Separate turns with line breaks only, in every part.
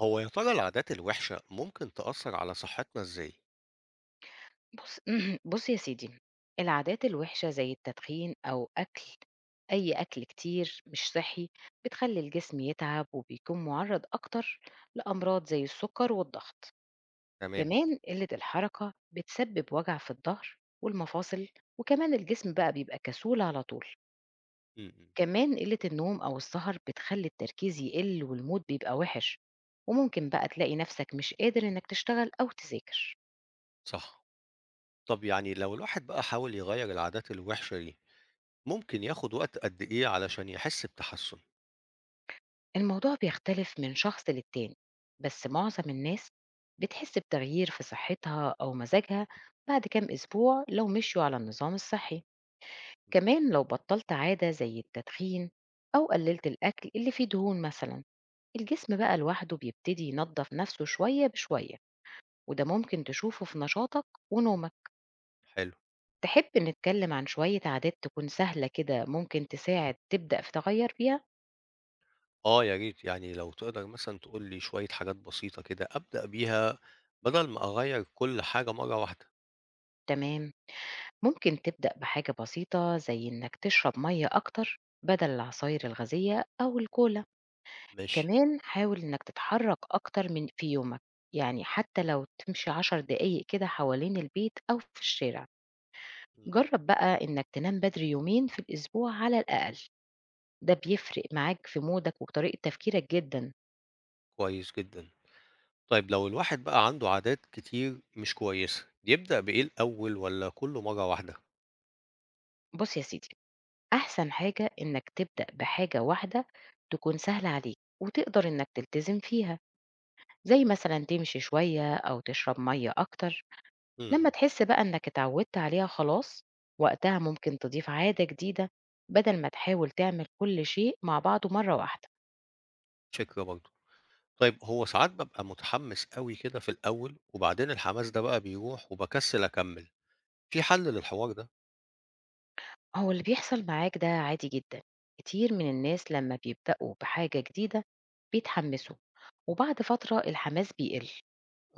هو يا ترى العادات الوحشة ممكن تأثر على صحتنا إزاي؟
بُص بُص يا سيدي، العادات الوحشة زي التدخين أو أي أكل كتير مش صحّي، بتخلّي الجسم يتعب وبيكون مُعرّض أكتر لأمراض زي السُكّر والضغط،
تمام.
كمان قِلّة الحركة بتسبب وجع في الضهر والمفاصل، وكمان الجسم بقى بيبقى كسول على طول،
امم.
كمان قِلّة النوم أو السهر بتخلّي التركيز يقِل والمود بيبقى وِحِش، وممكن بقى تلاقي نَفْسك مش قادر إنّك تشتغل أو تذاكر.
صح. طب يعني لو الواحد بقى حاول يغير العادات الوحشة دي ممكن ياخد وقت قد إيه علشان يحس بتحسن؟
الموضوع بيختلف من شخص للتاني، بس معظم الناس بتحس بتغيير في صحتها أو مزاجها بعد كام أسبوع لو مشوا على النظام الصحي.
مم.
كمان لو بطلت عادة زي التدخين أو قللت الأكل اللي فيه دهون مثلا، الجسم بقى لوحده بيبتدي ينظف نفسه شوية بشوية، وده ممكن تشوفه في نشاطك ونومك.
حلو.
تحب نتكلم عن شوية عادات تكون سهلة كده ممكن تساعد تبدأ في تغير فيها؟
آه، يا ريت يعني لو تقدر مثلا تقول لي شوية حاجات بسيطة كده أبدأ بيها بدل ما أغير كل حاجة مرة واحدة.
تمام، ممكن تبدأ بحاجة بسيطة زي إنك تشرب مية أكتر بدل العصاير الغازية أو الكولا.
ماشي.
كمان حاول إنك تتحرك أكتر من في يومك، يعني حتى لو تمشي 10 دقايق كده حوالين البيت أو في الشارع.
امم.
جرب بقى إنك تنام بدري يومين في الأسبوع على الأقل، ده بيفرق معاك في مودك وطريقة تفكيرك جدا.
كويس جدا. طيب لو الواحد بقى عنده عادات كتير مش كويسة يبدأ بإيه الأول ولا كله مرة واحدة؟
بص يا سيدي، أحسن حاجة إنك تبدأ بحاجة واحدة تكون سهلة عليك وتقدر إنك تلتزم فيها، زي مثلا تمشي شوية أو تشرب مية أكتر. لما
امم.
تحس بقى إنك اتعودت عليها خلاص، وقتها ممكن تضيف عادة جديدة، بدل ما تحاول تعمل كل شيء مع بعضه مرة واحدة.
فكرة برضه. طيب هو ساعات بابقى متحمس أوي كده في الأول، وبعدين الحماس ده بقى بيروح وباكسل أكمّل، في حل للحوار ده؟
هو اللي بيحصل معاك ده عادي جدا، كتير من الناس لما بيبدأوا بحاجة جديدة بيتحمسوا، وبعد فترة الحماس بيقل.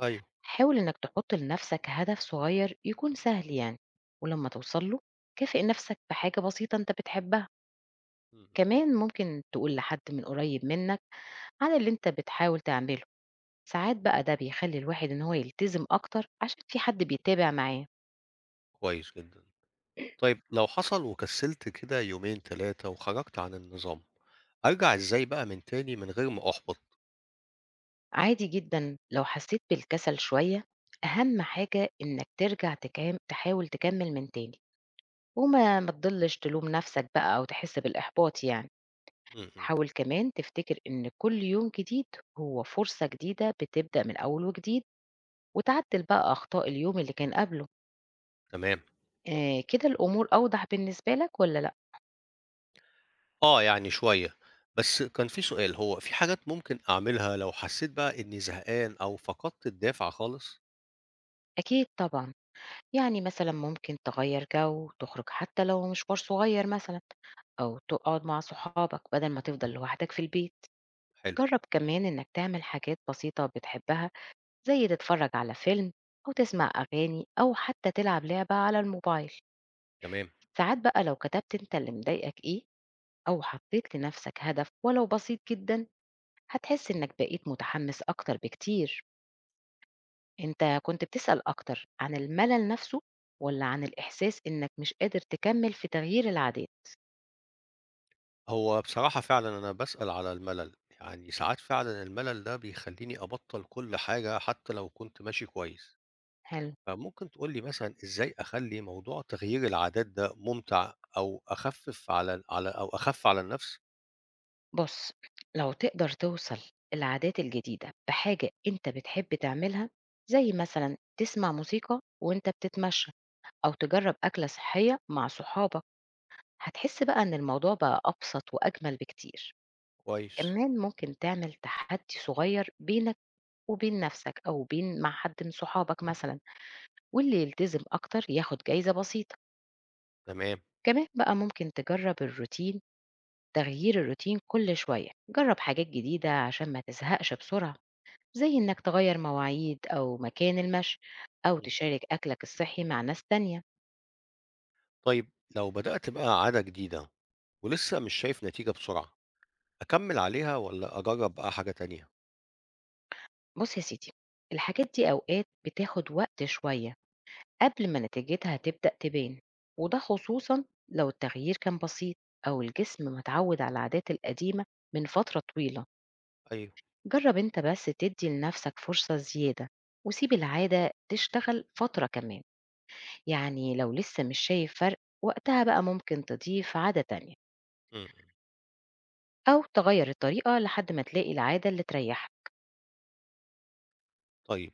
أيوه.
حاول إنك تحط لنفسك هدف صغير يكون سهل يعني، ولما توصله كافئ نفسك بحاجة بسيطة أنت بتحبها.
إمم، إمم.
كمان ممكن تقول لحد من قريب منك على اللي أنت بتحاول تعمله، ساعات بقى ده بيخلي الواحد إن هو يلتزم أكتر عشان في حد بيتابع معاه.
كويس جدًا. طيب لو حصل وكسلت كده يومين، 3 وخرجت عن النظام، أرجع إزاي بقى من تاني من غير ما أُحبط؟
عادي جدًا لو حسيت بالكسل شوية، أهم حاجة إنك ترجع تكام تحاول تكمل من تاني، وما ما تضلش تلوم نفسك بقى أو تحس بالإحباط يعني.
إمم، إمم.
حاول كمان تفتكر إن كل يوم جديد هو فرصة جديدة بتبدأ من أول وجديد، وتعدل بقى أخطاء اليوم اللي كان قبله.
تمام.
آه كده الأمور أوضح بالنسبة لك ولا لأ؟
آه، يعني شوية. بس كان في سؤال، هو في حاجات ممكن أعملها لو حسيت بقى إني زهقان أو فقدت الدافع خالص؟
أكيد طبعًا، يعني مثلا ممكن تغير جو تخرج حتى لو مشوار صغير مثلا، أو تقعد مع صحابك بدل ما تفضل لوحدك في البيت.
حلو.
جرب كمان إنك تعمل حاجات بسيطة بتحبها، زي تتفرج على فيلم أو تسمع أغاني أو حتى تلعب لعبة على الموبايل.
تمام.
ساعات بقى لو كتبت أنت اللي مضايقك إيه، أو حطيت لنفسك هدف ولو بسيط جدا، هتحس إنك بقيت متحمس أكتر بكتير. أنت كنت بتسأل أكتر عن الملل نفسه، والّا عن الإحساس إنك مش قادر تكمّل في تغيير العادات؟
هو بصراحة فعلًا أنا باسأل على الملل، يعني ساعات فعلًا الملل ده بيخلّيني أبطّل كل حاجة حتى لو كنت ماشي كويس.
حلو.
فممكن تقول لي مثلًا إزاي أخلّي موضوع تغيير العادات ده ممتع أو أخفِّف على على أو أخَف على النفس؟
بُص، لو تقدر توصل العادات الجديدة بحاجة أنت بتحب تعملها، زي مثلًا تسمع موسيقى وأنت بتتمشى، أو تجرّب أكلة صحية مع صحابك، هتحس بقى إن الموضوع بقى أبسط وأجمل بكتير.
كويس.
كمان ممكن تعمل تحدي صغير بينك وبين نفسك أو بين مع حد من صحابك مثلًا، واللي يلتزم أكتر ياخد جايزة بسيطة.
تمام.
كمان بقى ممكن تجرب الروتين، تغيير الروتين كل شوية جرب حاجات جديدة عشان ما تزهقش بسرعة، زي إنك تغير مواعيد أو مكان المشي، أو
إمم، إمم.
تشارك أكلك الصحي مع ناس تانية.
طيب لو بدأت بقى عادة جديدة ولسه مش شايف نتيجة بسرعة، أكمّل عليها والّا أجرّب بقى حاجة تانية؟
بص يا سيدي، الحاجات دي أوقات بتاخد وقت شوية قبل ما نتيجتها تبدأ تبان، وده خصوصا لو التغيير كان بسيط، أو الجسم متعود على العادات القديمة من فترة طويلة.
أيوه.
جرب انت بس تدي لنفسك فرصة زيادة، وسيب العادة تشتغل فترة كمان، يعني لو لسه مش شايف فرق، وقتها بقى ممكن تضيف عادة تانية،
إمم، إمم.
أو تغير الطريقة لحد ما تلاقي العادة اللي تريحك.
طيب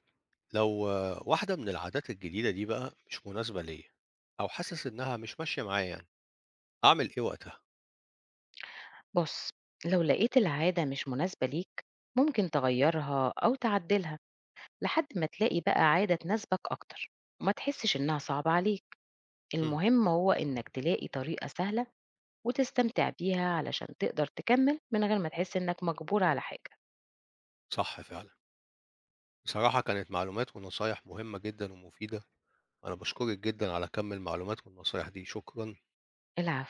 لو واحدة من العادات الجديدة دي بقى مش مناسبة ليا أو حاسس إنها مش ماشية معايا يعني أعمل إيه وقتها؟
بص، لو لقيت العادة مش مناسبة ليك، ممكن تغيرها أو تعدلها لحد ما تلاقي بقى عادة تناسبك أكتر، وما تحسش إنها صعبة عليك.
امم.
المهم هو إنك تلاقي طريقة سهلة وتستمتع بيها علشان تقدر تكمل من غير ما تحس إنك مجبور على حاجة.
صح فعلا. بصراحة كانت معلومات ونصايح مهمة جدا ومفيدة. أنا بشكرك جدا على كم المعلومات والنصايح دي. شكرا.
العفو.